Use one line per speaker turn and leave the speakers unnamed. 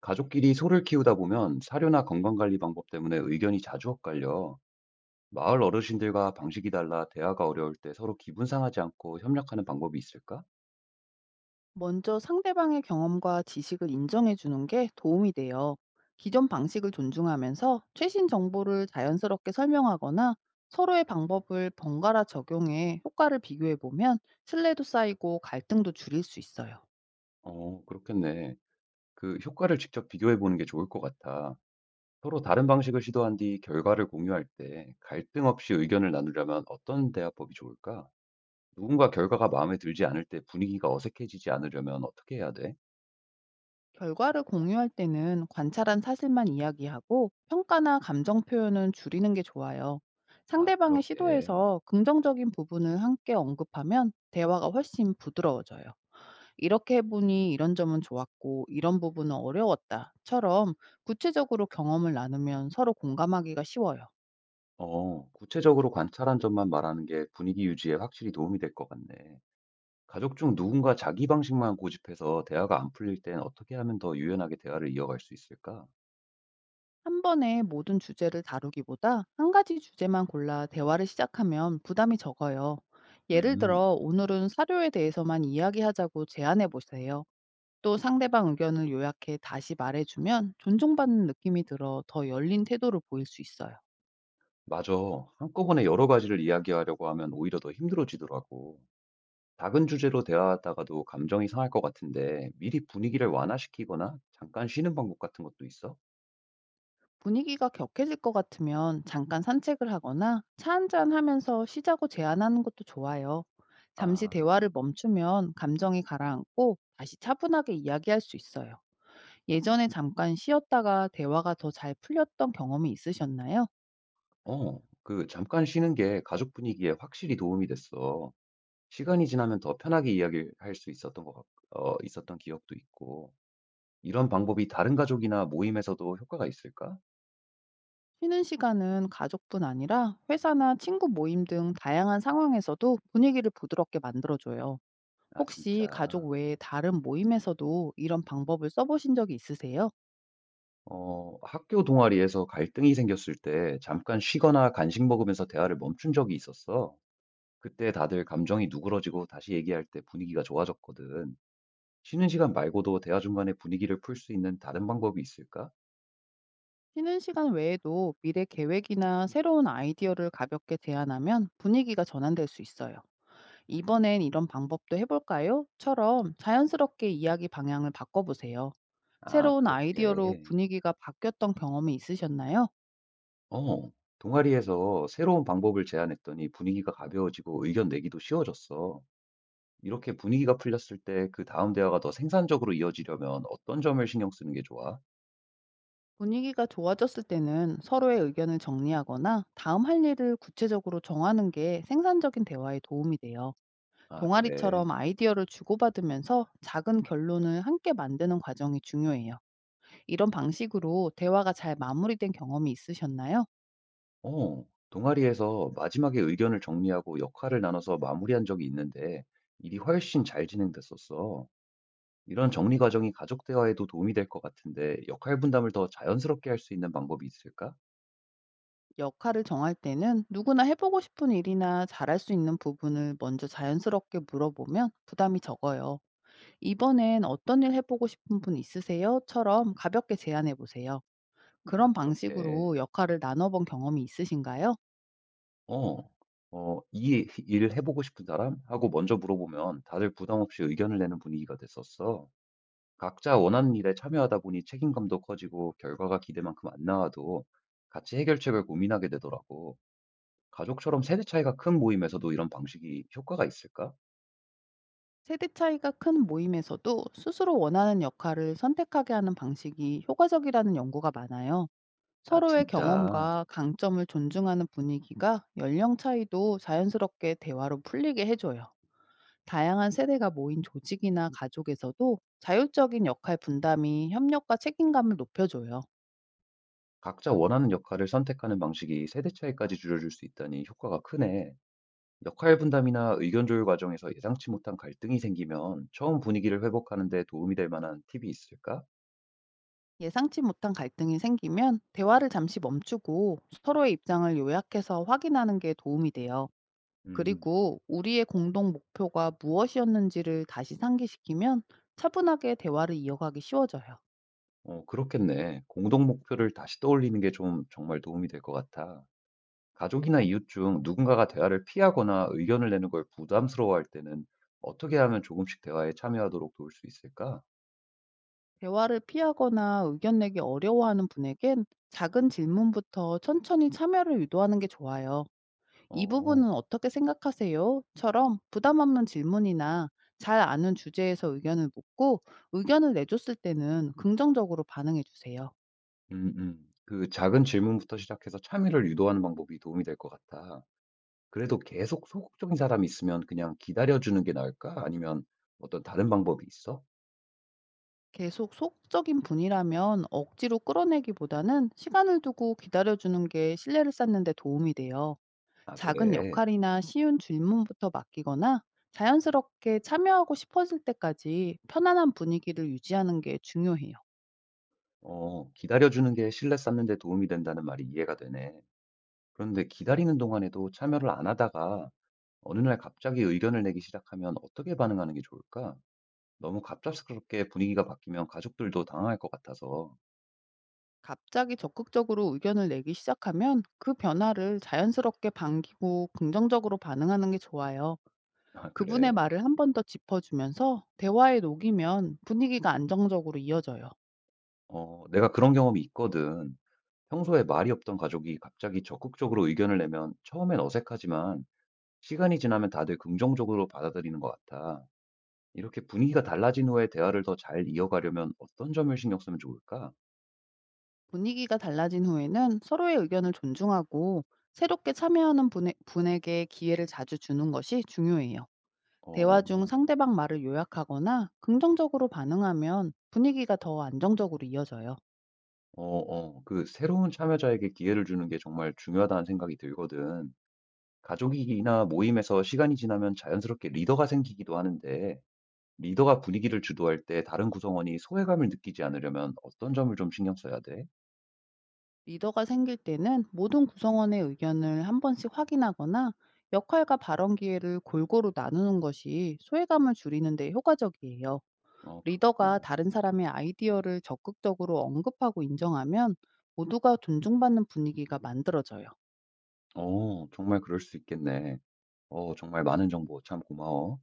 가족끼리 소를 키우다 보면 사료나 건강관리 방법 때문에 의견이 자주 엇갈려 마을 어르신들과 방식이 달라 대화가 어려울 때 서로 기분 상하지 않고 협력하는 방법이 있을까?
먼저 상대방의 경험과 지식을 인정해 주는 게 도움이 돼요. 기존 방식을 존중하면서 최신 정보를 자연스럽게 설명하거나, 서로의 방법을 번갈아 적용해 효과를 비교해 보면 신뢰도 쌓이고 갈등도 줄일 수 있어요.
어, 그렇겠네. 그 효과를 직접 비교해 보는 게 좋을 것 같아. 서로 다른 방식을 시도한 뒤 결과를 공유할 때 갈등 없이 의견을 나누려면 어떤 대화법이 좋을까? 누군가 결과가 마음에 들지 않을 때 분위기가 어색해지지 않으려면 어떻게 해야 돼?
결과를 공유할 때는 관찰한 사실만 이야기하고, 평가나 감정 표현은 줄이는 게 좋아요.
아,
상대방의
그렇게.
시도에서 긍정적인 부분을 함께 언급하면 대화가 훨씬 부드러워져요. 이렇게 해보니 이런 점은 좋았고 이런 부분은 어려웠다처럼 구체적으로 경험을 나누면 서로 공감하기가 쉬워요.
어, 구체적으로 관찰한 점만 말하는 게 분위기 유지에 확실히 도움이 될 것 같네. 가족 중 누군가 자기 방식만 고집해서 대화가 안 풀릴 땐 어떻게 하면 더 유연하게 대화를 이어갈 수 있을까?
한 번에 모든 주제를 다루기보다 한 가지 주제만 골라 대화를 시작하면 부담이 적어요. 예를
음,
들어, 오늘은 사료에 대해서만 이야기하자고 제안해 보세요. 또 상대방 의견을 요약해 다시 말해주면 존중받는 느낌이 들어 더 열린 태도를 보일 수 있어요.
맞아. 한꺼번에 여러 가지를 이야기하려고 하면 오히려 더 힘들어지더라고. 작은 주제로 대화하다가도 감정이 상할 것 같은데 미리 분위기를 완화시키거나 잠깐 쉬는 방법 같은 것도 있어?
분위기가 격해질 것 같으면 잠깐 산책을 하거나 차 한잔 하면서 쉬자고 제안하는 것도 좋아요. 잠시
아,
대화를 멈추면 감정이 가라앉고 다시 차분하게 이야기할 수 있어요. 예전에 잠깐 쉬었다가 대화가 더 잘 풀렸던 경험이 있으셨나요?
어, 그 잠깐 쉬는 게 가족 분위기에 확실히 도움이 됐어. 시간이 지나면 더 편하게 이야기를 할 수 있었던 것 같 어 있었던 기억도 있고. 이런 방법이 다른 가족이나 모임에서도 효과가 있을까?
쉬는 시간은 가족뿐 아니라 회사나 친구 모임 등 다양한 상황에서도 분위기를 부드럽게 만들어줘요.
아,
혹시 가족
진짜.
외에 다른 모임에서도 이런 방법을 써보신 적이 있으세요?
어, 학교 동아리에서 갈등이 생겼을 때 잠깐 쉬거나 간식 먹으면서 대화를 멈춘 적이 있었어. 그때 다들 감정이 누그러지고 다시 얘기할 때 분위기가 좋아졌거든. 쉬는 시간 말고도 대화 중간에 분위기를 풀 수 있는 다른 방법이 있을까?
쉬는 시간 외에도 미래 계획이나 새로운 아이디어를 가볍게 제안하면 분위기가 전환될 수 있어요. "이번엔 이런 방법도 해볼까요? 처럼 자연스럽게 이야기 방향을 바꿔보세요.
아,
새로운 아이디어로
그렇게.
분위기가 바뀌었던 경험이 있으셨나요?
어, 동아리에서 새로운 방법을 제안했더니 분위기가 가벼워지고 의견 내기도 쉬워졌어. 이렇게 분위기가 풀렸을 때 그 다음 대화가 더 생산적으로 이어지려면 어떤 점을 신경 쓰는 게 좋아?
분위기가 좋아졌을 때는 서로의 의견을 정리하거나 다음 할 일을 구체적으로 정하는 게 생산적인 대화에 도움이 돼요.
아, 그래.
동아리처럼 아이디어를 주고받으면서 작은 결론을 함께 만드는 과정이 중요해요. 이런 방식으로 대화가 잘 마무리된 경험이 있으셨나요?
어, 동아리에서 마지막에 의견을 정리하고 역할을 나눠서 마무리한 적이 있는데 일이 훨씬 잘 진행됐었어. 이런 정리 과정이 가족 대화에도 도움이 될 것 같은데 역할 분담을 더 자연스럽게 할 수 있는 방법이 있을까?
역할을 정할 때는 누구나 해보고 싶은 일이나 잘할 수 있는 부분을 먼저 자연스럽게 물어보면 부담이 적어요. "이번엔 어떤 일 해보고 싶은 분 있으세요?"처럼 가볍게 제안해 보세요.
아,
그런
그렇게.
방식으로 역할을 나눠본 경험이 있으신가요?
어, 어, "이 일을 해 보고 싶은 사람?" 하고 먼저 물어보면 다들 부담 없이 의견을 내는 분위기가 됐었어. 각자 원하는 일에 참여하다 보니 책임감도 커지고 결과가 기대만큼 안 나와도 같이 해결책을 고민하게 되더라고. 가족처럼 세대 차이가 큰 모임에서도 이런 방식이 효과가 있을까?
세대 차이가 큰 모임에서도 스스로 원하는 역할을 선택하게 하는 방식이 효과적이라는 연구가 많아요.
아,
서로의
진짜.
경험과 강점을 존중하는 분위기가 연령 차이도 자연스럽게 대화로 풀리게 해줘요. 다양한 세대가 모인 조직이나 가족에서도 자율적인 역할 분담이 협력과 책임감을 높여줘요.
각자 원하는 역할을 선택하는 방식이 세대 차이까지 줄여줄 수 있다니 효과가 크네. 역할 분담이나 의견 조율 과정에서 예상치 못한 갈등이 생기면 처음 분위기를 회복하는 데 도움이 될 만한 팁이 있을까?
예상치 못한 갈등이 생기면 대화를 잠시 멈추고 서로의 입장을 요약해서 확인하는 게 도움이 돼요.
음,
그리고 우리의 공동 목표가 무엇이었는지를 다시 상기시키면 차분하게 대화를 이어가기 쉬워져요.
어, 그렇겠네. 공동 목표를 다시 떠올리는 게 좀 정말 도움이 될 것 같아. 가족이나 이웃 중 누군가가 대화를 피하거나 의견을 내는 걸 부담스러워할 때는 어떻게 하면 조금씩 대화에 참여하도록 도울 수 있을까?
대화를 피하거나 의견 내기 어려워하는 분에겐 작은 질문부터 천천히 참여를 유도하는 게 좋아요. "이
어,
부분은 어떻게 생각하세요? 처럼 부담 없는 질문이나 잘 아는 주제에서 의견을 묻고, 의견을 내줬을 때는 긍정적으로 반응해 주세요.
음. 그 작은 질문부터 시작해서 참여를 유도하는 방법이 도움이 될 것 같아. 그래도 계속 소극적인 사람이 있으면 그냥 기다려주는 게 나을까? 아니면 어떤 다른 방법이 있어?
계속 속적인 분이라면 억지로 끌어내기보다는 시간을 두고 기다려주는 게 신뢰를 쌓는 데 도움이 돼요.
아,
작은
그래.
역할이나 쉬운 질문부터 맡기거나, 자연스럽게 참여하고 싶어질 때까지 편안한 분위기를 유지하는 게 중요해요.
어, 기다려주는 게 신뢰 쌓는 데 도움이 된다는 말이 이해가 되네. 그런데 기다리는 동안에도 참여를 안 하다가 어느 날 갑자기 의견을 내기 시작하면 어떻게 반응하는 게 좋을까? 너무 갑작스럽게 분위기가 바뀌면 가족들도 당황할 것 같아서.
갑자기 적극적으로 의견을 내기 시작하면 그 변화를 자연스럽게 반기고 긍정적으로 반응하는 게 좋아요.
아,
그분의
그래.
말을 한 번 더 짚어주면서 대화에 녹이면 분위기가 안정적으로 이어져요.
어, 내가 그런 경험이 있거든. 평소에 말이 없던 가족이 갑자기 적극적으로 의견을 내면 처음엔 어색하지만 시간이 지나면 다들 긍정적으로 받아들이는 것 같아. 이렇게 분위기가 달라진 후에 대화를 더 잘 이어가려면 어떤 점을 신경 쓰면 좋을까?
분위기가 달라진 후에는 서로의 의견을 존중하고, 새롭게 참여하는 분에게 기회를 자주 주는 것이 중요해요. 대화
어,
중 상대방 말을 요약하거나 긍정적으로 반응하면 분위기가 더 안정적으로 이어져요.
어. 그 새로운 참여자에게 기회를 주는 게 정말 중요하다는 생각이 들거든. 가족이나 모임에서 시간이 지나면 자연스럽게 리더가 생기기도 하는데, 리더가 분위기를 주도할 때 다른 구성원이 소외감을 느끼지 않으려면 어떤 점을 좀 신경 써야 돼?
리더가 생길 때는 모든 구성원의 의견을 한 번씩 확인하거나, 역할과 발언 기회를 골고루 나누는 것이 소외감을 줄이는 데 효과적이에요.
어, 그렇구나.
리더가 다른 사람의 아이디어를 적극적으로 언급하고 인정하면 모두가 존중받는 분위기가 만들어져요.
어, 정말 그럴 수 있겠네. 어, 정말 많은 정보 참 고마워.